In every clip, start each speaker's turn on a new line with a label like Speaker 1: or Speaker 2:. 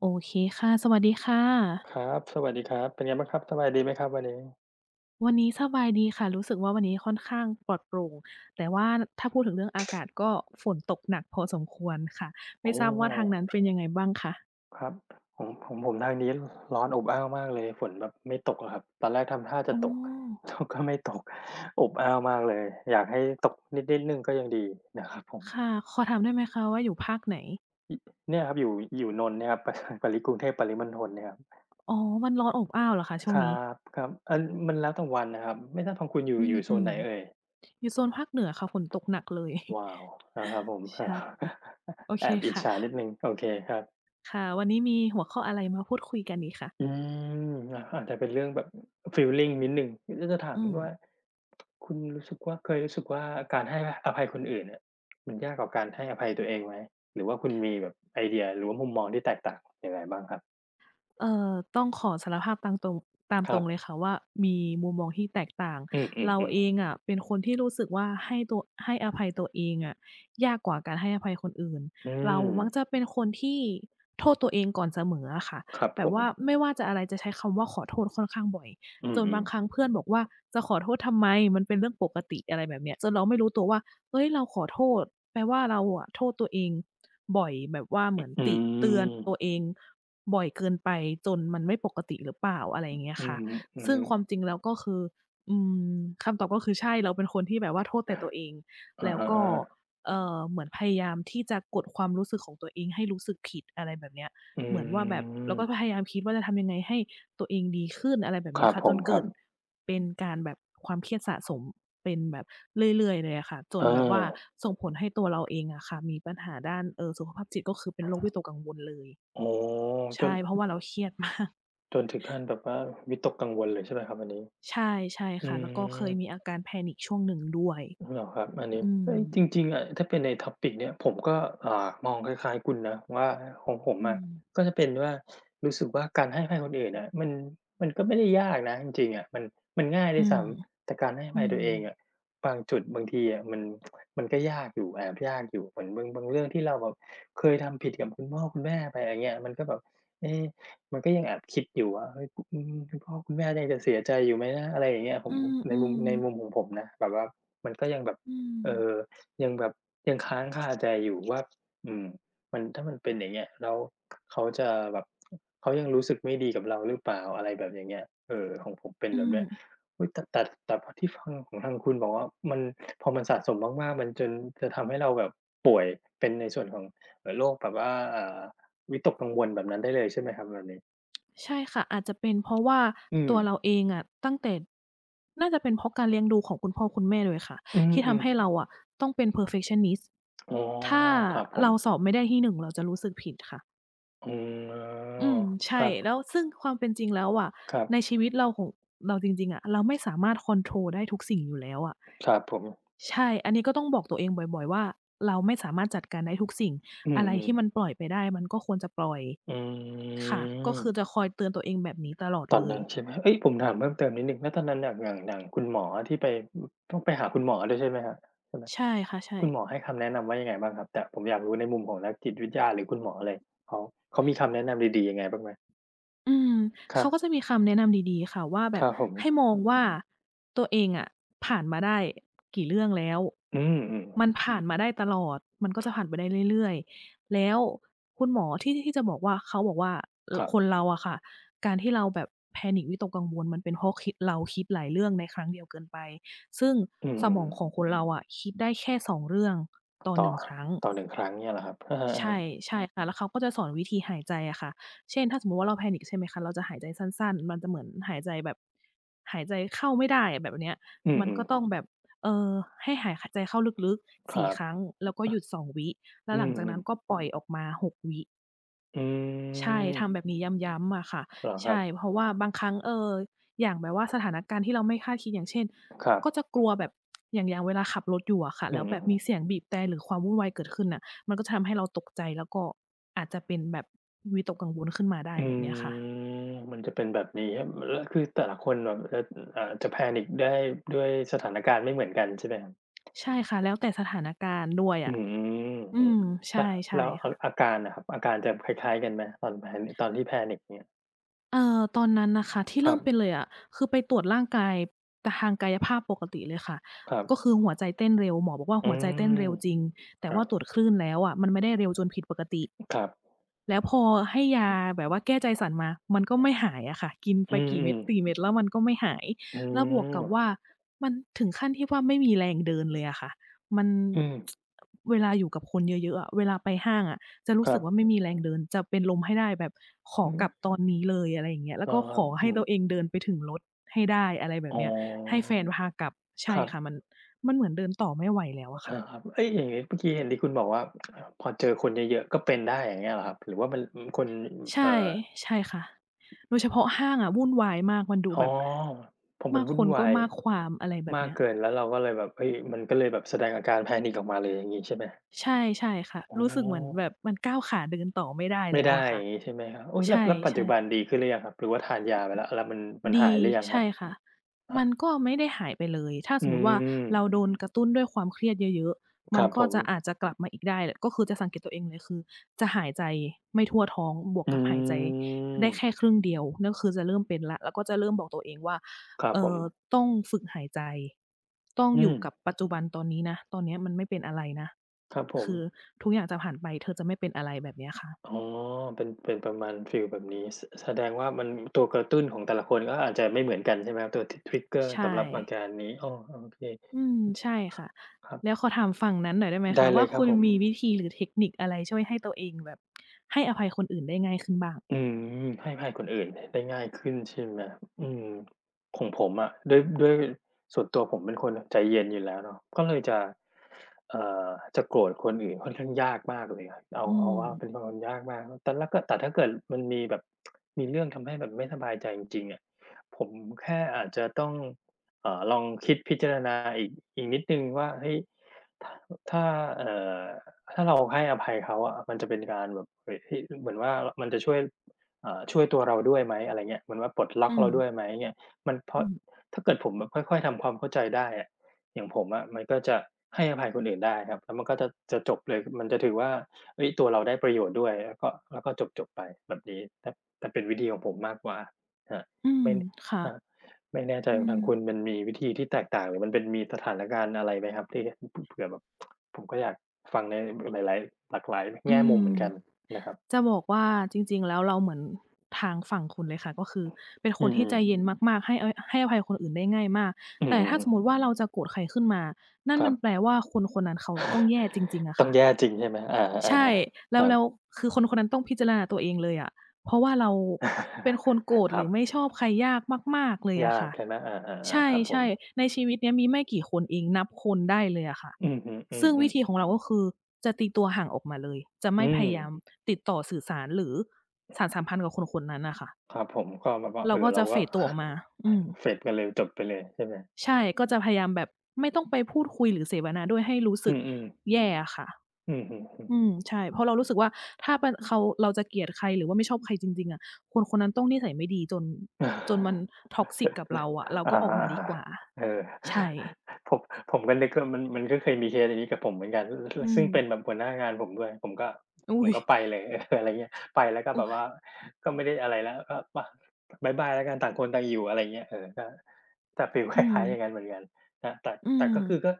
Speaker 1: โอเคค่ะสวัสดีค่ะ
Speaker 2: ครับสวัสดีครับเป็นไงบ้างครับสบายดีไหมครับวันนี้
Speaker 1: วันนี้สบายดีค่ะรู้สึกว่าวันนี้ค่อนข้างปลอดโปร่งแต่ว่าถ้าพูดถึงเรื่องอากาศก็ฝนตกหนักพอสมควรค่ะ
Speaker 2: โอ
Speaker 1: ไม่ทราบว่าทาง
Speaker 2: ้
Speaker 1: นั้นเป็นยังไงบ้างคะ
Speaker 2: ครับของผมทางนี้ร้อนอบอ้าวมากเลยฝนแบบไม่ตกอะครับตอนแรกทำท่า
Speaker 1: อ๋
Speaker 2: จะ
Speaker 1: อ
Speaker 2: ตก แล้วก็ไม่ตกอบอ้าวมากเลยอยากให้ตกนิดๆหนึ่งก็ยังดีนะครับผม
Speaker 1: ค่ะขอถามได้ไหมคะว่าอยู่ภาคไหน
Speaker 2: เนี่ยครับอยู่อยู่นนท์เนี่ยครับ ปปริกรุงเทพปริมณฑลเนี่ยครับ
Speaker 1: อ๋อมันร้อนอบอ้าวเหรอคะช่
Speaker 2: ค
Speaker 1: วง
Speaker 2: รั
Speaker 1: นี้
Speaker 2: บครับอันมันแล้วแต่วันนะครับไม่ทราบทางคุณอยู่
Speaker 1: อื
Speaker 2: อยู่โซน
Speaker 1: ม
Speaker 2: ไหนเอ่ย
Speaker 1: ๆอยู่โซนภาคเหนือค่ะฝนตกหนักเลย
Speaker 2: ว้าวนะครับผม
Speaker 1: ใช่โอ
Speaker 2: แอ
Speaker 1: เค
Speaker 2: บอิจฉา
Speaker 1: ค่ะ
Speaker 2: นิดหนึ่งโอเคครับ
Speaker 1: ค่ะวันนี้มีหัวข้ออะไรมาพูดคุยกันดีคะ
Speaker 2: อืมอะอาจจะเป็นเรื่องแบบฟีลลิงนิดหนึ่งก็จะถาม
Speaker 1: อืม
Speaker 2: คุณว่าคุณรู้สึกว่าเคยรู้สึกว่าการให้อภัยคนอื่นเนี่ยมันยากกว่าการให้อภัยตัวเองไหมหรือว่าคุณมีแบบไอเดียหรือว่ามุมมองที่แตกต่างยังไงบ้างครับ
Speaker 1: ต้องขอสารภาพตามตรงตาม
Speaker 2: ค
Speaker 1: ตร
Speaker 2: รับ
Speaker 1: งเลยค่ะว่ามีมุมมองที่แตกต่าง
Speaker 2: อื
Speaker 1: เรา
Speaker 2: ม
Speaker 1: เอ
Speaker 2: ๆ
Speaker 1: ง
Speaker 2: ๆ
Speaker 1: อะเป็นคนที่รู้สึกว่าให้ตัวให้อภัยตัวเองอะยากกว่าการให้อภัยคนอื่น
Speaker 2: อื
Speaker 1: เรา
Speaker 2: ม
Speaker 1: มักจะเป็นคนที่โทษตัวเองก่อนเสมออะค่ะ
Speaker 2: ครับ
Speaker 1: แบ
Speaker 2: ผ
Speaker 1: บ
Speaker 2: ม
Speaker 1: ว่าไม่ว่าจะอะไรจะใช้คำว่าขอโทษค่อนข้างบ่อย
Speaker 2: อื
Speaker 1: จนบา
Speaker 2: ม
Speaker 1: งครั้งเพื่อนบอกว่าจะขอโทษทำไมมันเป็นเรื่องปกติอะไรแบบเนี้ยจนเราไม่รู้ตัวว่า เฮ้ยเราขอโทษแปลว่าเราอะโทษตัวเองบ่อยแบบว่าเหมือน
Speaker 2: ๆอื
Speaker 1: ติเตือน
Speaker 2: ม
Speaker 1: ตัวเองบ่อยเกินไปจนมันไม่ปกติหรือเปล่าอะไรอย่างเงี้ย
Speaker 2: อื
Speaker 1: ค่ะ
Speaker 2: มอือ
Speaker 1: ซึ่ง
Speaker 2: ฮึ
Speaker 1: ความจริงแล้วก็คืออืมคำตอบก็คือใช่เราเป็นคนที่แบบว่าโทษแต่ตัวเอง
Speaker 2: อะ
Speaker 1: แล้ว
Speaker 2: ฮ
Speaker 1: ก็
Speaker 2: ะ
Speaker 1: เหมือนพยายามที่จะกดความรู้สึกของตัวเองให้รู้สึกผิดอะไรแบบเนี้ย
Speaker 2: ๆอื
Speaker 1: เหมือนว่าแบบ
Speaker 2: ม
Speaker 1: เราก็พยายามคิดว่าจะทำยังไงให้ ตัวเองดีขึ้นอะไรแบบ
Speaker 2: ค
Speaker 1: นี้
Speaker 2: รับ
Speaker 1: ค่ะ
Speaker 2: ผ
Speaker 1: จน
Speaker 2: มค
Speaker 1: เกิ
Speaker 2: รับ
Speaker 1: ดเป็นการแบบความเครียดสะสมเป็นแบบเรื่อยๆเลยอะค่ะจ
Speaker 2: เอ
Speaker 1: น
Speaker 2: อ
Speaker 1: แบบว่าส่งผลให้ตัวเราเองอะค่ะมีปัญหาด้านสุขภาพจิตก็คือเป็นโรควิตกกังวลเลย
Speaker 2: อ๋อจ
Speaker 1: ใช่
Speaker 2: น
Speaker 1: เพราะว่าเราเครียดมาก
Speaker 2: จนถึงขั้นแบบว่าวิตกกังวลเลยใช่ไหมครับอันนี้
Speaker 1: ใช่ใช่
Speaker 2: อื
Speaker 1: ค่ะแล้วก็เคยมี
Speaker 2: ม
Speaker 1: อาการ panic ช่วงหนึ่งด้วย
Speaker 2: เหรอครับอันนี้
Speaker 1: อืม
Speaker 2: เฮ้ยจริงๆอะถ้าเป็นใน topic เนี่ยผมก็มองคล้ายๆคุณนะว่าของผม
Speaker 1: อื
Speaker 2: อะ
Speaker 1: ม
Speaker 2: ก็จะเป็นว่ารู้สึกว่าการให้อภัยคนอื่นอะมันมันก็ไม่ได้ยากนะจริงๆอะมันมันง่าย
Speaker 1: อื
Speaker 2: ด้วย
Speaker 1: ม
Speaker 2: ซ้ำแต่การให้อ
Speaker 1: อื
Speaker 2: ภัยตั
Speaker 1: ม
Speaker 2: วเองอะบางจุดบางทีอะมันมันก็ยากอยู่แอบยากอยู่เหมือนบางเรื่องที่เราแบบเคยทำผิดกับคุณพ่อคุณแม่ไปอย่างเงี้ยมันก็แบบเอ๊ะมันก็ยังแอบคิดอยู่ว่าเฮ้ยอืมคุณพ่อคุณแม่ยังจะเสียใจอยู่ไหมนะอะไรอย่างเงี้ยผ
Speaker 1: อื
Speaker 2: มในมุม
Speaker 1: ม
Speaker 2: ในมุมของ
Speaker 1: ๆ
Speaker 2: ผมนะแบบว่า มันก็ยังแบบ
Speaker 1: อื
Speaker 2: เออ
Speaker 1: ม
Speaker 2: ยังแบบยังค้างคาใจอยู่ว่าอืมมันถ้ามันเป็นอย่างเงี้ยแล้วเขาจะแบบเขายังรู้สึกไม่ดีกับเราหรือเปล่าอะไรแบบอย่างเงี้ยเออของผมเป็น
Speaker 1: อื
Speaker 2: แบบ
Speaker 1: ม
Speaker 2: เนี้ยอุ๊ยแต่พอที่ฟังของทางคุณบอกว่ามันพอมันสะสมมากๆมันจนจะทำให้เราแบบป่วยเป็นในส่วนของโรคแบบว่าวิตกกังวลแบบนั้นได้เลยใช่ไหมครับแบบนี้
Speaker 1: ใช่ค่ะอาจจะเป็นเพราะว่า
Speaker 2: อืม
Speaker 1: ตัวเราเองอะตั้งแต่น่าจะเป็นเพราะการเลี้ยงดูของคุณพ่อคุณแม่เลยค่ะ
Speaker 2: อื
Speaker 1: ที่ทำ
Speaker 2: ม
Speaker 1: ให้เราอะต้องเป็น perfectionist
Speaker 2: ๆอ๋อ
Speaker 1: ถ้า
Speaker 2: ครับผม
Speaker 1: เราสอบไม่ได้ที่หนึ่งเราจะรู้สึกผิดค่ะ
Speaker 2: อืมอ๋อ
Speaker 1: อืม
Speaker 2: ค
Speaker 1: ใช่
Speaker 2: รับ
Speaker 1: แล้วซึ่งความเป็นจริงแล้วอะ
Speaker 2: ครั
Speaker 1: ใน
Speaker 2: บ
Speaker 1: ชีวิตเราของเราจริงๆอะเราไม่สามารถคอนโทรลได้ทุกสิ่งอยู่แล้วอะ
Speaker 2: ครับผม
Speaker 1: ใช่อันนี้ก็ต้องบอกตัวเองบ่อยๆว่าเราไม่สามารถจัดการได้ทุกสิ่ง
Speaker 2: อื
Speaker 1: อะไร
Speaker 2: ม
Speaker 1: ที่มัน
Speaker 2: ๆ
Speaker 1: ปล่อยไปได้มันก็ควรจะปล่อย
Speaker 2: อื
Speaker 1: ค่ะก็คือจะ
Speaker 2: ม
Speaker 1: คอยเตือนตัวเองแบบนี้ตลอด
Speaker 2: ตอ
Speaker 1: เล
Speaker 2: น
Speaker 1: ย
Speaker 2: นั้นใช่ไหมเฮ้ยผมถามเพิ่มเติมนิดหนึ่งแล้วตอนนั้นอย่างคุณหมอที่ไปอต้องไปหาคุณหมอด้วยใช่ไหมครับใช่ไหม
Speaker 1: ใช่ค่ะใช่
Speaker 2: คุณหมอให้คำแนะนำว่ายังไงบ้างครับแต่ผมอยากรู้ในมุมของนักจิตวิทยาหรือคุณหมอเลยเขาเขามีคำแนะนำดีๆยังไงบ้างไหม
Speaker 1: อืม
Speaker 2: ครั
Speaker 1: เขาก็
Speaker 2: บ
Speaker 1: จะมีคำแนะนำดีๆค่ะว่าแบ
Speaker 2: ค
Speaker 1: บ
Speaker 2: รับผม
Speaker 1: ให้มองว่าตัวเองอะผ่านมาได้กี่เรื่องแล้ว
Speaker 2: อืม
Speaker 1: มัน
Speaker 2: ๆ
Speaker 1: ผ่านมาได้ตลอดมันก็จะผ่านไปได้เรื่อยๆแล้วคุณหมอที่จะบอกว่าเขาบอกว่า
Speaker 2: ค
Speaker 1: ร
Speaker 2: รั
Speaker 1: คน
Speaker 2: บ
Speaker 1: เราอะค่ะการที่เราแบบ panic วิตกกังวลมันเป็นเพราะคิดเราคิดหลายเรื่องในครั้งเดียวเกินไปซึ่ง
Speaker 2: อื
Speaker 1: ส
Speaker 2: ม
Speaker 1: มองของคนเราอะคิดได้แค่สองเรื่องต่อ
Speaker 2: ๆ
Speaker 1: ห
Speaker 2: ต่อ
Speaker 1: นึ่งครั้ง
Speaker 2: ต่อหนึ่งครั้งเนี่ยเหรอครับอะฮ
Speaker 1: ใช่
Speaker 2: ะ
Speaker 1: ใช่ค่ะแล้วเขาก็จะสอนวิธีหายใจอะค่ะเช่นถ้าสมมุติว่าเรา panic ใช่ไหมคะเราจะหายใจสั้นๆมันจะเหมือนหายใจแบบหายใจเข้าไม่ได้อะแบบเนี้ย
Speaker 2: ๆอื
Speaker 1: มัน
Speaker 2: ม
Speaker 1: ก็ต้องแบบเอ่อให้หายหายใจเข้าลึก
Speaker 2: ๆ
Speaker 1: ๆ
Speaker 2: ค
Speaker 1: 4
Speaker 2: รับ
Speaker 1: ครั้งแล้วก็หยุด2วิแล้ว
Speaker 2: อื
Speaker 1: หลังจากนั้
Speaker 2: ม
Speaker 1: นก็
Speaker 2: ๆ
Speaker 1: ปล่อยออกมา6วิ
Speaker 2: อื
Speaker 1: ใช่ทำแบบ
Speaker 2: ม
Speaker 1: นี้ย้ำๆอะค่ะ
Speaker 2: เหรอครั
Speaker 1: ใช่
Speaker 2: บ
Speaker 1: เพราะว่าบางครั้งอย่างแบบว่าสถานการณ์ที่เราไม่คาดคิดอย่างเช่น
Speaker 2: ครับ
Speaker 1: ก็จะกลัวแบบอย่างอย่างเวลาขับรถอยู่อะค่ะ
Speaker 2: อื
Speaker 1: แล้วแบบมี
Speaker 2: ม
Speaker 1: เสียงบีบแตรหรือความวุ่นวายเกิดขึ้นน่ะมันก็จะทำให้เราตกใจแล้วก็อาจจะเป็นแบบวิตกกังวลขึ้นมาได้
Speaker 2: อ
Speaker 1: แบบเนี้ยค่ะ
Speaker 2: ืมมันจะเป็นแบบนี้ครับแล้วคือแต่ละคนแบบจะอจะ panic ได้ด้วยสถานการณ์ไม่เหมือนกันใช่ไหมครับ
Speaker 1: ใช่ค่ะแล้วแต่สถานการณ์ด้วย
Speaker 2: อื
Speaker 1: อะ
Speaker 2: ม
Speaker 1: อื
Speaker 2: อือ
Speaker 1: ม
Speaker 2: แล้
Speaker 1: ใช่
Speaker 2: ว
Speaker 1: ใช่
Speaker 2: แล้วอา
Speaker 1: ค่ะ
Speaker 2: อาการน่ะครับอาการจะคล้ายๆกันไหมตอน panic ตอนที่ panic เนี่ย
Speaker 1: ตอนนั้นนะคะที่
Speaker 2: ค
Speaker 1: เริ่
Speaker 2: รั
Speaker 1: มเป็นเล
Speaker 2: บ
Speaker 1: ยอะคือไปตรวจร่างกายแต่ทางกายภาพปกติเลยค่ะ
Speaker 2: ครั
Speaker 1: ก็
Speaker 2: บ
Speaker 1: คือหัวใจเต้นเร็วหมอบอกว่า
Speaker 2: อื
Speaker 1: หัวใจเต้
Speaker 2: ม
Speaker 1: นเร็วจริงแต่
Speaker 2: ครั
Speaker 1: ว่า
Speaker 2: บ
Speaker 1: ตรวจคลื่นแล้วอะมันไม่ได้เร็วจนผิดปกติ
Speaker 2: ครับ
Speaker 1: แล้วพอให้ยาแบบว่าแก้ใจสั่นมามันก็ไม่หายอะค่ะกินไป
Speaker 2: อื
Speaker 1: กี่เม็
Speaker 2: ม
Speaker 1: ด
Speaker 2: ๆ
Speaker 1: 4เม็ดแล้วมันก็ไม่หาย
Speaker 2: อ๋
Speaker 1: แล้วบวกกับ
Speaker 2: อ
Speaker 1: ว่ามันถึงขั้นที่ว่าไม่มีแรงเดินเลยอะค่ะมัน
Speaker 2: อืม
Speaker 1: เวลาอยู่กับคนเยอะๆอะเวลาไปห้างอะจะรู้
Speaker 2: ค
Speaker 1: สึ
Speaker 2: รั
Speaker 1: กว่าไม่
Speaker 2: บ
Speaker 1: มีแรงเดินจะเป็นลมให้ได้แบบขอ
Speaker 2: อื
Speaker 1: ก
Speaker 2: ม
Speaker 1: ลับตอนนี้เลยอะไรอย่างเงี้ยแล้
Speaker 2: เห
Speaker 1: ว
Speaker 2: รอ
Speaker 1: ก็
Speaker 2: ค
Speaker 1: ข
Speaker 2: รับ
Speaker 1: อ
Speaker 2: อื
Speaker 1: ให้
Speaker 2: ม
Speaker 1: ตัวเองเดินไปถึงรถให้ได้อะไรแบบ
Speaker 2: อ๋อ
Speaker 1: เนี้ยให้แฟนพากลับ
Speaker 2: ค
Speaker 1: ใช่
Speaker 2: รับ
Speaker 1: ค่ะมันเหมือนเดินต่อไม่ไหวแล้วอะค่ะ
Speaker 2: อาครับเอ๊ยอย่างงี้เมื่อกี้เห็นที่คุณบอกว่าพอเจอคนเยอะๆก็เป็นได้อย่างเงี้ยเหรอครับหรือว่ามันอืมคน
Speaker 1: ใช่
Speaker 2: เอ่อ
Speaker 1: ใช่ค่ะโดยเฉพาะห้างอะวุ่นวายมากมันดู
Speaker 2: อ๋
Speaker 1: แบ
Speaker 2: อ
Speaker 1: บ
Speaker 2: ผมมั
Speaker 1: มา
Speaker 2: น
Speaker 1: ก
Speaker 2: วุ่
Speaker 1: ค
Speaker 2: น
Speaker 1: นก็
Speaker 2: วาย
Speaker 1: มากความอะไรแบบ
Speaker 2: มาก
Speaker 1: เนี้ย
Speaker 2: เกินแล้วเราก็เลยแบบเฮ้ยมันก็เลยแบบแสดงอาการ panic ออกมาเลยอย่างงี้ใช่ไหม
Speaker 1: ใช่ใช่ค่ะ
Speaker 2: อ๋อ
Speaker 1: รู้สึกเหมือนแบบมันก้าวขาเดินต่อไม่ได้
Speaker 2: ไม่
Speaker 1: แล้ว
Speaker 2: ได้
Speaker 1: อะ
Speaker 2: อ
Speaker 1: ค่ะ
Speaker 2: ย่างงี้ใช่ไหมครับอุ๊ย
Speaker 1: ใช
Speaker 2: แล้วแล้วปัจ
Speaker 1: ่
Speaker 2: จุบันดีขึ้นหรือยังครับหรือว่าทานยาไปแล้วแล้วมันมัน
Speaker 1: ๆ
Speaker 2: หา
Speaker 1: ดี
Speaker 2: ยหรือยังค
Speaker 1: ใช่
Speaker 2: รับ
Speaker 1: ค่ะ
Speaker 2: ครั
Speaker 1: มั
Speaker 2: บ
Speaker 1: นก็ไม่ได้หายไปเลยถ้าส
Speaker 2: อื
Speaker 1: มมุติว่า
Speaker 2: ม
Speaker 1: เราโดนกระตุ้นด้วยความเครียดเยอะๆ
Speaker 2: ค
Speaker 1: มัน
Speaker 2: รับผ
Speaker 1: ก็
Speaker 2: ม
Speaker 1: จะอาจจะกลับมาอีกได้ก็คือจะสังเกตตัวเองเลยคือจะหายใจไม่ทั่วท้องบวก
Speaker 2: อื
Speaker 1: กับหายใจได้แค่
Speaker 2: ม
Speaker 1: ครึ่งเดียวนั่นคือจะเริ่มเป็นแล้วแล้วก็จะเริ่มบอกตัวเองว่า
Speaker 2: ครับ
Speaker 1: เอ่
Speaker 2: ผม
Speaker 1: อต้องฝึกหายใจต้อง
Speaker 2: อื
Speaker 1: อ
Speaker 2: ม
Speaker 1: ยู่กับปัจจุบันตอนนี้นะตอนเนี้ยมันไม่เป็นอะไรนะ
Speaker 2: ครับผม
Speaker 1: คือทุกอย่างจะผ่านไปเธอจะไม่เป็นอะไรแบบเนี้ยค่ะ
Speaker 2: อ๋อเป็นเป็นประมาณฟีลแบบนี้สแสดงว่ามันตัวกระตุ้นของแต่ละคนก็อาจจะไม่เหมือนกันใช่ไหมครับตัวททริกเกอร์
Speaker 1: ใช่
Speaker 2: สำหรับอาการนี้อ้อโอเค
Speaker 1: อืมใช่
Speaker 2: ครับ
Speaker 1: ค่ะ
Speaker 2: ครับ
Speaker 1: แล้วขอถามฝั่งนั้นหน่อยได้ไหม
Speaker 2: ได้
Speaker 1: คะ
Speaker 2: เล
Speaker 1: ว่า
Speaker 2: ยครั
Speaker 1: คุ
Speaker 2: บ
Speaker 1: ณ
Speaker 2: ผม
Speaker 1: มีวิธีหรือเทคนิคอะไรช่วยให้ตัวเองแบบให้อภัยคนอื่นได้ง่ายขึ้นบ้าง
Speaker 2: อืมให้อภัยคนอื่นได้ง่ายขึ้นใช่ไหมอืมของผมอะด้วยส่วนตัวผมเป็นคนใจเย็นอยู่แล้วเนาะก็เลยจะเอ่อจะโกรธคนอื่นค่อนข้างยากมากเลยอะเอา
Speaker 1: อื
Speaker 2: เอา
Speaker 1: ม
Speaker 2: ว่าเป็นคนยากมากแต่ละแต่ถ้าเกิดมันมีแบบมีเรื่องทำให้แบบไม่สบายใจจริงๆอะผมแค่อาจจะต้องลองคิดพิจารณาอีกนิดหนึ่งว่าเฮ้ยถ้าเอ่อถ้าเราให้อภัยเขาอะมันจะเป็นการแบบเฮ้ยเหมือนว่ามันจะช่วย ช่วยตัวเราด้วยไหมอะไรเงี้ยเหมือนว่าปลดล็อ
Speaker 1: อื
Speaker 2: ก
Speaker 1: ม
Speaker 2: เราด้วยไหมเงี้ยมันเพ
Speaker 1: อื
Speaker 2: ราะ
Speaker 1: ม
Speaker 2: ถ้าเกิดผมแบบค่อยๆทำความเข้าใจได้อะอย่างผมอะมันก็จะให้อภัยคนอื่นได้ครับแล้วมันก็จะจบเลยมันจะถือว่าเฮ้ยตัวเราได้ประโยชน์ด้วยแล้วก็จบๆไปแบบนี้ถ้าเป็นวิธีของผมมากกว่าครับ
Speaker 1: อืม
Speaker 2: ไม่
Speaker 1: ค่ะ
Speaker 2: ครับไม่แน่ใจ
Speaker 1: อื
Speaker 2: ของ
Speaker 1: ม
Speaker 2: ทางคุณมันมีวิธีที่แตกต่างหรือมันเป็นมีสถานการณ์อะไรไหมครับที่เผื่อแบบผมก็อยากฟังในหลายๆหลากหลาย
Speaker 1: อื
Speaker 2: แง่มุมเห
Speaker 1: ม
Speaker 2: มือนกันนะครับ
Speaker 1: จะบอกว่าจริงๆแล้วเราเหมือนทางฝั่งคุณเลยค่ะก็คือเป็นค
Speaker 2: อื
Speaker 1: น
Speaker 2: ม
Speaker 1: ที่ใจเย็นมากๆให้อภัยคนอื่นได้ง่ายมาก
Speaker 2: ๆอื
Speaker 1: แต่ถ้า
Speaker 2: อ
Speaker 1: สมมุติว่าเราจะโกรธใครขึ้นมา
Speaker 2: ๆ
Speaker 1: นั่
Speaker 2: ๆ
Speaker 1: น
Speaker 2: ครั
Speaker 1: มั
Speaker 2: บ
Speaker 1: นแปลว่าคนคนนั้นเขาต้องแย่จริงๆ อะ
Speaker 2: ต้อง
Speaker 1: ค่ะ
Speaker 2: แย่จริงใช่ไหมอา
Speaker 1: ใช่
Speaker 2: ๆค
Speaker 1: แล้ว
Speaker 2: รับ
Speaker 1: คือคนคนนั้นต้องพิจารณาตัวเองเลยอะเพราะว่าเราเป็นคนโกรธ
Speaker 2: ค
Speaker 1: ห
Speaker 2: รั
Speaker 1: รื
Speaker 2: บ
Speaker 1: อไม่ชอบใครยากมากๆเลยอะ
Speaker 2: ยาก
Speaker 1: ค่ะ
Speaker 2: ใช่ไหมอา
Speaker 1: ใช
Speaker 2: ๆๆครับผม
Speaker 1: ่ๆในชีวิตเนี้ยมีไม่กี่คนเองนับคนได้เลยอะค่ะ
Speaker 2: อือฮ
Speaker 1: ซึ่ง
Speaker 2: ึ
Speaker 1: วิ
Speaker 2: ๆ
Speaker 1: ธีของเราก็คือจะตีตัวห่างออกมาเลยจะไม่
Speaker 2: อื
Speaker 1: พ
Speaker 2: ม
Speaker 1: ยายามติดต่อสื่อสารหรือสานสัมพันธ์กับคนคนนั้นน่ะค่ะ
Speaker 2: ครับผมก็แบบว่า
Speaker 1: เราก็
Speaker 2: เรา
Speaker 1: จะ
Speaker 2: ก็
Speaker 1: fade ตัวออกมา อืม
Speaker 2: เสร็จกันเลยจบไปเลยใช่ไหม
Speaker 1: ใช่ก็จะพยายามแบบไม่ต้องไปพูดคุยหรือเสวนาด้วยให้รู้สึ
Speaker 2: อื
Speaker 1: ก
Speaker 2: อๆ
Speaker 1: แย่อะค่ะ
Speaker 2: อือฮึ
Speaker 1: อืมใช่เพราะเรารู้สึกว่าถ้าเป็นเขาเราจะเกลียดใครหรือว่าไม่ชอบใครจริงๆอะคนคนนั้นต้องนิสัยไม่ดีจน
Speaker 2: ๆ
Speaker 1: มัน toxic กับเราอะเราก็
Speaker 2: อะ
Speaker 1: ออกมาดีกว่า
Speaker 2: ๆเออ
Speaker 1: ใช่
Speaker 2: ผมผมก็นึกว่ามันก็เคยมีเคสอย่างนี้กับผมเหมือนกันซ
Speaker 1: อืม
Speaker 2: ซึ่งเป็นแบบหัวหน้างานผมด้วยผมก็ผ
Speaker 1: อุ๊
Speaker 2: ม
Speaker 1: ย
Speaker 2: ก็ไปเลย เอออะไรเงี้ยไปแล้วก็แบ
Speaker 1: อุ๊
Speaker 2: บ
Speaker 1: ย
Speaker 2: ว่าก็ไม่ได้อะไรแล้วก็ปบ๊ายบายแล้วกันต่างคนต่างอยู่อะไรเงี้ยเออก็แต่ฟีลค
Speaker 1: อืม
Speaker 2: ล้ายๆอย่างนั้นเหมือนกันแต่แต่
Speaker 1: อื
Speaker 2: แต่
Speaker 1: ม
Speaker 2: ก็คือก็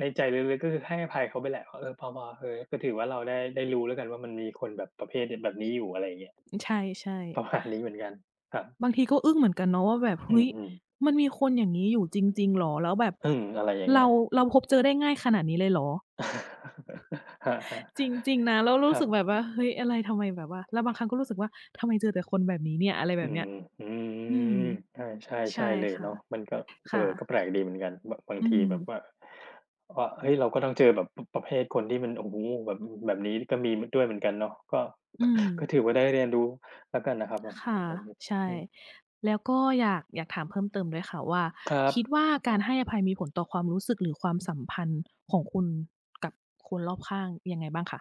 Speaker 2: ในใจลึกๆก็คือให้อภัยเขาไปแหละว่าเออพอเออก็ถือว่าเราได้รู้แล้วกันว่ามันมีคนแบบประเภทแบบนี้อยู่อะไรอย่างเงี้ย
Speaker 1: ใช่
Speaker 2: ประ
Speaker 1: ๆ
Speaker 2: มาณนี้เหมือนกันครับ
Speaker 1: บางทีก็อึ้งเหมือนกันเนาะว่าแบบ
Speaker 2: อื
Speaker 1: เฮ้ย
Speaker 2: ม
Speaker 1: มันมีคนอย่างงี้อยู่จริงๆเหรอแล้วแบบ
Speaker 2: ๆอืมอะไรอย่างเงี้
Speaker 1: เรา
Speaker 2: ย
Speaker 1: พบเจอได้ง่ายขนาดนี้เลยเหรอ
Speaker 2: ครั
Speaker 1: จ
Speaker 2: บ
Speaker 1: ริงๆนะแล้ว
Speaker 2: ค
Speaker 1: รู้
Speaker 2: รั
Speaker 1: สึกแบ
Speaker 2: บ
Speaker 1: บว่าเฮ้ยอะไรทำไมแบบว่าแล้วบางครั้งก็รู้สึกว่าทำไมเจอแต่คนแบบนี้เนี่ยอะไรแบ
Speaker 2: อื
Speaker 1: บเนี้ย
Speaker 2: มอื
Speaker 1: อืม
Speaker 2: มใช่ใช่
Speaker 1: ใช่
Speaker 2: ใช่เลย
Speaker 1: ค่ะ
Speaker 2: เนาะมันก็เออ
Speaker 1: ค่ะ
Speaker 2: ก็แปลกดีเหมือนกันบบาง
Speaker 1: อื
Speaker 2: ที
Speaker 1: ม
Speaker 2: แบบว่าว่าเฮ้ยเราก็ต้องเจอแบบปประเภทคนที่มันโอ้โฮแบบแบบนี้ก็มีด้วยเหมือนกันเนาะก็
Speaker 1: อืม
Speaker 2: ก็ถือว่าได้เรียนรู้แล้วกันนะครับแบบ
Speaker 1: ค่ะ
Speaker 2: แบบนี้
Speaker 1: ใช่
Speaker 2: อืม
Speaker 1: แล้วก็อยากถามเพิ่มเติมด้วยค่ะว่า
Speaker 2: ครับ
Speaker 1: คิดว่าการให้อภัยมีผลต่อความรู้สึกหรือความสัมพันธ์ของคุณกับคนรอบข้างยังไงบ้างคะ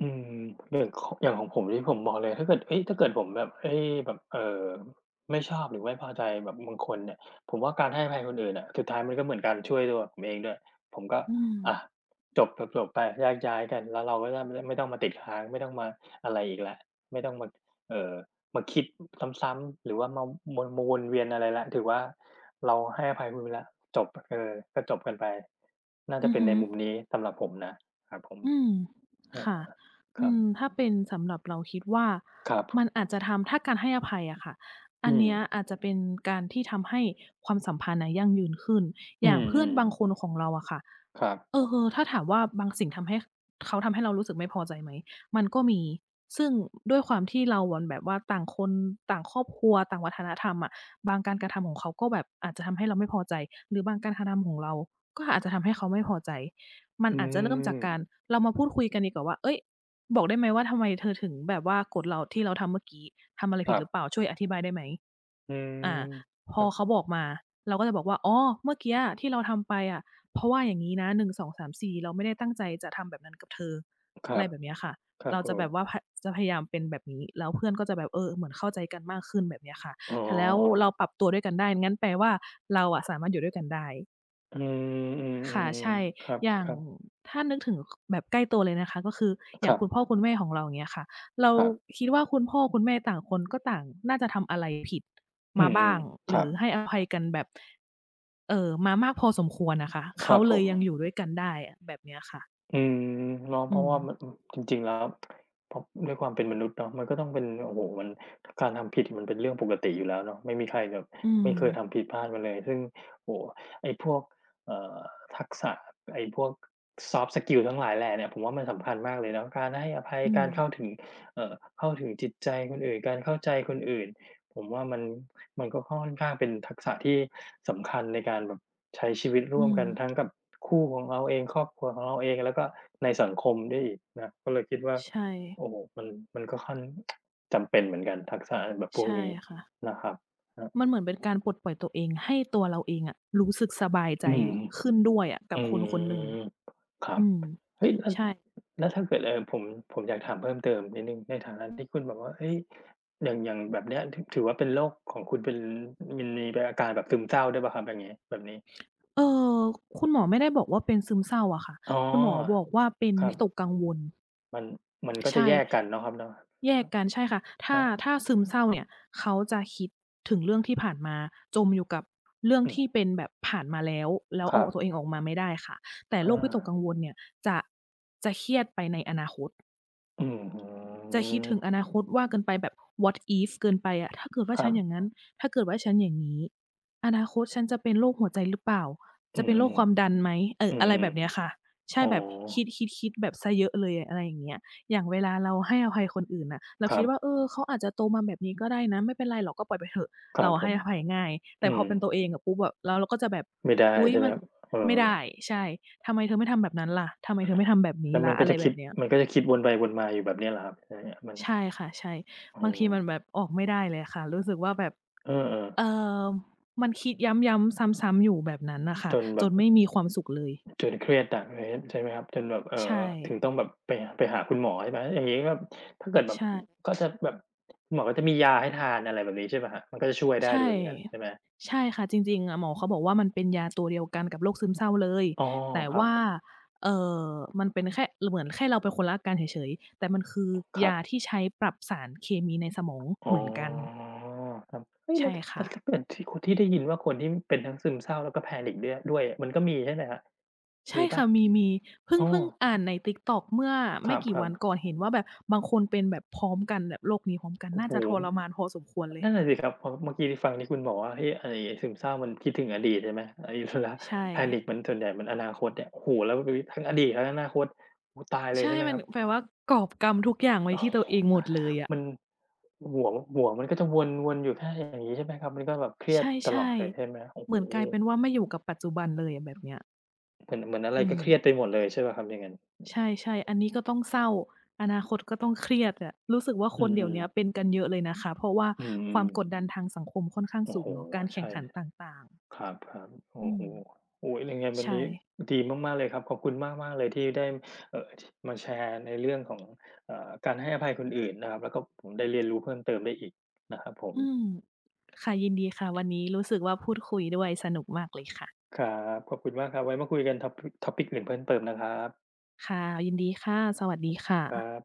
Speaker 2: อืมอย่างของผมนี่ผมบอกเลยถ้าเกิดเฮ้ยถ้าเกิดผมแบบเฮ้ยแบบไม่ชอบหรือไม่พอใจแบบบางคนเนี่ยผมว่าการให้อภัยคนอื่นน่ะสุดท้ายมันก็เหมือนการช่วยตัวผมเองด้วยผมก็
Speaker 1: อืม
Speaker 2: อะจบจบๆไปแยกย้ายกันแล้วเราก็จะไม่ต้องมาติดค้างไม่ต้องมาอะไรอีกแล้วไม่ต้องมาเอ่อมาคิดซ้ำๆหรือว่ามาวนมาวนเวียนอะไรแล้วถือว่าเราให้อภัยคุณไปแล้วจบเออก็จบกันไปน่าจะ
Speaker 1: อือ
Speaker 2: เป็น
Speaker 1: ฮึ
Speaker 2: ในมุมนี้สำหรับผมนะครับผ
Speaker 1: อืม
Speaker 2: มอา
Speaker 1: ค่ะ
Speaker 2: ค
Speaker 1: อื
Speaker 2: รับ
Speaker 1: มถ้าเป็นสำหรับเราคิดว่า
Speaker 2: ครับ
Speaker 1: มันอาจจะทำถ้าการให้อภัยอะค่ะอั
Speaker 2: อื
Speaker 1: น
Speaker 2: ม
Speaker 1: เนี้ยอาจจะเป็นการที่ทำให้ความสัมพันธ์น่ะยั่งยืนขึ้นอ
Speaker 2: อื
Speaker 1: ย่าง
Speaker 2: ม
Speaker 1: เพื่
Speaker 2: อื
Speaker 1: อน
Speaker 2: ม
Speaker 1: บางคนของเราอะค่ะ
Speaker 2: ครับ
Speaker 1: เออๆถ้าถามว่าบางสิ่งทำให้เขาทำให้เรารู้สึกไม่พอใจไหมมันก็มีซึ่งด้วยความที่เราอะแบบว่าต่างคนต่างครอบครัวต่างวัฒนธรรมอะบางการกระทำของเขาก็แบบอาจจะทำให้เราไม่พอใจหรือบางการกระทำของเราก็อาจจะทำให้เขาไม่พอใจมัน
Speaker 2: อื
Speaker 1: อาจจะเริ่มจาก
Speaker 2: ม
Speaker 1: การเรามาพูดคุยกันดีกว่าว่าเฮ้ยบอกได้ไหมว่าทำไมเธอถึงแบบว่าโกรธเราที่เราทำเมื่อกี้ทำอะไร
Speaker 2: ค
Speaker 1: ผิด
Speaker 2: รั
Speaker 1: หรือเปล่า
Speaker 2: บ
Speaker 1: ช่วยอธิบายได้ไหม
Speaker 2: อืม
Speaker 1: อ่าพ
Speaker 2: ค
Speaker 1: อ
Speaker 2: รั
Speaker 1: เขา
Speaker 2: บ
Speaker 1: บอกมาเราก็จะบอกว่าอ๋อเมื่อกี้อะที่เราทำไปอะ เพราะว่าอย่างงี้นะ1 2 3 4เราไม่ได้ตั้งใจจะทำแบบนั้นกับเธอ
Speaker 2: ค
Speaker 1: อะ
Speaker 2: รั
Speaker 1: ไร
Speaker 2: บ
Speaker 1: แบบเนี้ยค่ะ
Speaker 2: ครับ
Speaker 1: เรา
Speaker 2: ผ
Speaker 1: จะแบ
Speaker 2: ม
Speaker 1: บว่าพจะพยายามเป็นแบบนี้แล้วเพื่อนก็จะแบบเออเหมือนเข้าใจกันมากขึ้นแบบเนี้ยค่ะ
Speaker 2: อ๋อ
Speaker 1: แต่แล้วเราปรับตัวด้วยกันได้งั้นแปลว่าเราอะสามารถอยู่ด้วยกันได้
Speaker 2: อืมอื
Speaker 1: ค่ะ
Speaker 2: อ
Speaker 1: ใช่
Speaker 2: ๆๆครับ
Speaker 1: อย่า
Speaker 2: ๆค
Speaker 1: ง
Speaker 2: รับ
Speaker 1: ถ้านึกถึงคแบบใกล้ตัวเลยนะคะก็คืออย่างคุณพ่อคุณแม่ของเราอย่างเงี้ยค่ะเรา
Speaker 2: ครับ
Speaker 1: คิดว่าคุณพ่อคุณแม่ต่างคนก็ต่างน่าจะทำอะไรผิด
Speaker 2: อื
Speaker 1: มา
Speaker 2: ม
Speaker 1: บ้าง
Speaker 2: ๆ
Speaker 1: ห
Speaker 2: ค
Speaker 1: รื
Speaker 2: รั
Speaker 1: อ
Speaker 2: บ
Speaker 1: ให้อภัยกันแบบ มามากพอสมควรน่ะค่ะ
Speaker 2: ค
Speaker 1: เขา
Speaker 2: รับผ
Speaker 1: เลย
Speaker 2: ม
Speaker 1: ยังอยู่ด้วยกันได้อะแบบเนี้ยค่ะ
Speaker 2: อืมร้องเพ
Speaker 1: อื
Speaker 2: ราะ
Speaker 1: ม
Speaker 2: ว่ามันอืมจริงๆแล้วเพราะด้วยความเป็นมนุษย์เนาะมันก็ต้องเป็นโอ้โฮมันการทำผิดมันเป็นเรื่องปกติอยู่แล้วเนาะไม่มีใครแบบ
Speaker 1: อื
Speaker 2: ไม่
Speaker 1: ม
Speaker 2: เคยทำผิดพลาดมาเลยซึ่งโอ้โฮไอ้พวกเอ่อทักษะไอ้พวก soft skill ทั้งหลายแหล่เนี่ยผมว่ามันสำคัญมากเลยเนาะการให้อภัย
Speaker 1: อื
Speaker 2: กา
Speaker 1: ม
Speaker 2: รเข้าถึงเอ่อเข้าถึงจิตใจคนอื่นการเข้าใจคนอื่นผมว่ามันก็ค่อนข้างเป็นทักษะที่สำคัญในการแบบ ใช้ชีวิต
Speaker 1: อื
Speaker 2: ร่วม
Speaker 1: ม
Speaker 2: กันทั้งกับคู่ของเราเองครอบครัวของเราเองแล้วก็ในสังคมด้วยอีกนะก็เลยคิดว่า
Speaker 1: ใช่
Speaker 2: โอ้โฮมันมันก็ค่อนจำเป็นเหมือนกันทักษะแบบพวก
Speaker 1: ใช่
Speaker 2: นี้
Speaker 1: ค่ะ
Speaker 2: นะครับครับ
Speaker 1: มันเหมือนเป็นการปลดปล่อยตัวเองให้ตัวเราเองอะรู้สึกสบายใจ
Speaker 2: อืม
Speaker 1: ขึ้นด้วยอะกั
Speaker 2: อื
Speaker 1: บคนคนหนึ่ง
Speaker 2: มครับ
Speaker 1: อืม
Speaker 2: เฮ้ยแล้ว
Speaker 1: ใช่
Speaker 2: แล้วถ้าเกิดผมอยากถามเพิ่มเติมนิดหนึ่งในฐานะที่คุณบอกว่าเฮ้ยอย่างอย่างแบบเนี้ยถถือว่าเป็นโรคของคุณเป็นมันมีเป็นอาการแบบซึมเศร้าด้วยเปล่าครับอย่างงี้แบบนี้
Speaker 1: เอ่อคุณหมอไม่ได้บอกว่าเป็นซึมเศร้าอะค่ะ
Speaker 2: อ๋อ
Speaker 1: คุณหมอบอกว่าเป็น
Speaker 2: ครั
Speaker 1: วิ
Speaker 2: บ
Speaker 1: ตกกังวล
Speaker 2: มันมันก็
Speaker 1: ใช่
Speaker 2: จะแยกกันเนาะครับเนาะ
Speaker 1: แยกกันใช่ค่ะ
Speaker 2: ค
Speaker 1: ถ้า
Speaker 2: รับ
Speaker 1: ถ้าซึมเศร้าเนี่ยเขาจะคิดถึงเรื่องที่ผ่านมาจมอยู่กับเรื่อง
Speaker 2: อืม
Speaker 1: ที่เป็นแบบผ่านมาแล้วแล้ว
Speaker 2: ครับ
Speaker 1: เอาตัวเองออกมาไม่ได้ค่ะแต่โรค
Speaker 2: อา
Speaker 1: วิตกกังวลเนี่ยจะจะเครียดไปในอนาคต
Speaker 2: อือฮ
Speaker 1: จะคิดถึงอนาคตว่าเกินไปแบบ what if เกินไปอะถ้าเกิดว่า
Speaker 2: ครั
Speaker 1: ฉัน
Speaker 2: บ
Speaker 1: อย่างงั้น ถ้าเกิดว่าฉันอย่างงี้อนาคตฉันจะเป็นโรคหัวใจหรือเปล่า
Speaker 2: อื
Speaker 1: จะเป็นโร
Speaker 2: ม
Speaker 1: คความดันไหมเอ
Speaker 2: ๆ
Speaker 1: อ
Speaker 2: อื
Speaker 1: อะไร
Speaker 2: ม
Speaker 1: แบบเนี้ยค่ะ
Speaker 2: ๆ
Speaker 1: ใช่
Speaker 2: อ๋อ
Speaker 1: แบบคิดๆๆแบบเสียเยอะเลยอะอะไรอย่างเงี้ยอย่างเวลาเราให้อภัยคนอื่นน่ะเรา
Speaker 2: ค
Speaker 1: คิ
Speaker 2: รั
Speaker 1: ด
Speaker 2: บ
Speaker 1: ว่าเออเขาอาจจะโตมาแบบนี้ก็ได้นะไม่เป็นไรหรอกก็ปล่อยไปเถอะ
Speaker 2: ครั
Speaker 1: เรา
Speaker 2: บ
Speaker 1: อะ
Speaker 2: ผ
Speaker 1: ให้
Speaker 2: ม
Speaker 1: อภัยง่ายแต่
Speaker 2: อื
Speaker 1: พอ
Speaker 2: ม
Speaker 1: เป็นตัวเองอะปุ๊บอะแล้วเราก็จะแบบ
Speaker 2: ไม่ได้
Speaker 1: อุ๊ย
Speaker 2: ใช่ไหม
Speaker 1: มัน
Speaker 2: ครับเอ
Speaker 1: ไม่
Speaker 2: อ
Speaker 1: ได้ใช่ทำไมเธอไม่ทำแบบนั้นล่ะทำไมเธอไม่ทำแบบนี้
Speaker 2: แล้วมั
Speaker 1: ล่ะ
Speaker 2: นก็
Speaker 1: อะไร
Speaker 2: จะ
Speaker 1: แบ
Speaker 2: คิด
Speaker 1: บเนี้ย
Speaker 2: มันก็จะคิดวนไปวนมาอยู่แบบเนี้ยเหรอครับอะไรเงี้ยมัน
Speaker 1: ใช่ค่ะใช่
Speaker 2: อ๋อ
Speaker 1: บางทีมันแบบออกไม่ได้เลยค่ะรู้สึกว่าแบบ
Speaker 2: เออ
Speaker 1: เอ่อมันคิดย้ำๆซ้ำๆอยู่แบบนั้นน่ะ
Speaker 2: ๆ
Speaker 1: ค่ะ
Speaker 2: จนแบ
Speaker 1: จ
Speaker 2: บ
Speaker 1: นไม่มีความสุขเลย
Speaker 2: จนเครียดหนักเลยใช่ไหมครับจนแบบ
Speaker 1: ใช่
Speaker 2: ถึงต้องแบบไปไปหาคุณหมอใช่ไหมอย่างงี้ก็ถ้าเกิดแบบ
Speaker 1: ใช่
Speaker 2: ก็จะแบบคุณหมอก็จะมียาให้ทานอะไรแบบนี้ใช่เปล่าครับมันก็จะช่วยได้
Speaker 1: ใช่
Speaker 2: ด้วยเหมือนกันใช่ไหม
Speaker 1: ใช่ค่ะจริงๆอะหมอเขาบอกว่ามันเป็นยาตัวเดียวกันกับโรคซึมเศร้าเลย
Speaker 2: อ๋อ
Speaker 1: แต่
Speaker 2: ครับ
Speaker 1: ว่าเอ่อมันเป็นแค่เหมือนแค่เราเป็นคนละอาการเฉยๆแต่มันคือ
Speaker 2: ครั
Speaker 1: ยา
Speaker 2: บ
Speaker 1: ที่ใช้ปรับสารเคมีในสมอง
Speaker 2: อ๋อ
Speaker 1: เหมือนกัน
Speaker 2: ครับเฮ้ยแล้
Speaker 1: ใช่
Speaker 2: วแต่
Speaker 1: ค่ะ
Speaker 2: ถ้าเกิดที่คนที่ได้ยินว่าคนที่เป็นทั้งซึมเศร้าแล้วก็ panic ด้วยอะมันก็มีใช่ไหมครับมี
Speaker 1: ใช่
Speaker 2: เปล่า
Speaker 1: ค่ะมีมีเพิ่ง
Speaker 2: อ้อ
Speaker 1: เพิ่งอ่านใน TikTok เมื่อ
Speaker 2: คร
Speaker 1: ไม่กี่
Speaker 2: ั
Speaker 1: วั
Speaker 2: บ
Speaker 1: น
Speaker 2: ๆ
Speaker 1: ก่อนเห็นว่าแบบบางคนเป็นแบบพร้อมกันแบบโรคนี้พร้อมกัน
Speaker 2: โอ้
Speaker 1: น่า
Speaker 2: โฮ
Speaker 1: จะทรมานพอสมควรเลย
Speaker 2: นั่นน่ะสิครับพอเมื่อกี้ที่ฟังที่คุณบอกว่าเฮ้ยไอ้ซึมเศร้ามันคิดถึงอดีตใช่ไหมไอ้เวลา
Speaker 1: ใช่
Speaker 2: panic มันส่วนใหญ่มันอนาคตเนี่ยโอ้โฮแล้วแบบนี้ทั้งอดีตทั้งอนาคตโอ้ตายเลย
Speaker 1: ใช่
Speaker 2: ใช่ไหม
Speaker 1: มั
Speaker 2: ค
Speaker 1: น
Speaker 2: รับ
Speaker 1: แปลว่ากอบกรรมทุกอย่างไว้
Speaker 2: โอ้
Speaker 1: ที่ตัวเองหมดเลยอะ
Speaker 2: มันหัวหัวมันก็จะวนๆอยู่แค่อย่างงี้ใช่ไหมครับมันก็แบบเครี
Speaker 1: ใ
Speaker 2: ยดตลอ
Speaker 1: ช่
Speaker 2: ดเลยใช่ไหมโอ้
Speaker 1: ๆเห
Speaker 2: โฮ
Speaker 1: มือนกลายเป็นว่าไม่อยู่กับปัจจุบันเลยอะแบบเนี้ย
Speaker 2: เหมือนเหมือนอะไร
Speaker 1: อืม
Speaker 2: ก็เครียดไปหมดเลยใช่เปล่าครับอย่างงั้น
Speaker 1: ใช่ๆอันนี้ก็ต้องเศร้าอนาคตก็ต้องเครียดอะรู้สึกว่าค
Speaker 2: อื
Speaker 1: นเดี๋ยว
Speaker 2: ม
Speaker 1: เนี้ยเป็
Speaker 2: ๆ
Speaker 1: นกันเยอะเลยนะคะเพราะว่า
Speaker 2: อื
Speaker 1: ควา
Speaker 2: ม
Speaker 1: มกด
Speaker 2: ๆ
Speaker 1: ดันทางสังคมค่อนข้าง
Speaker 2: โอ้
Speaker 1: สู
Speaker 2: โฮ
Speaker 1: งเนาะการแข่ง
Speaker 2: ใช่
Speaker 1: ขันต่างๆ
Speaker 2: ครับๆ
Speaker 1: อื
Speaker 2: โอ้โฮ
Speaker 1: ม
Speaker 2: โอ้โฮยังไงวัน
Speaker 1: ใช่
Speaker 2: นี้ดีมากๆเลยครับขอบคุณมากๆเลยที่ได้ชมาแชร์ในเรื่องของการให้อภัยคนอื่นนะครับแล้วก็ผมได้เรียนรู้เพิ่มเติมได้อีกนะครับผม
Speaker 1: อืมค่ะยินดีค่ะ วันนี้รู้สึกว่าพูดคุยด้วยสนุกมากเลยค่ะ
Speaker 2: ครับ ขอบคุณมากครับไว้มาคุยกัน topic อื่นเพิ่มเติมนะครับ
Speaker 1: ค่ะยินดีค่ะ สวัสดีค่ะ
Speaker 2: ครับ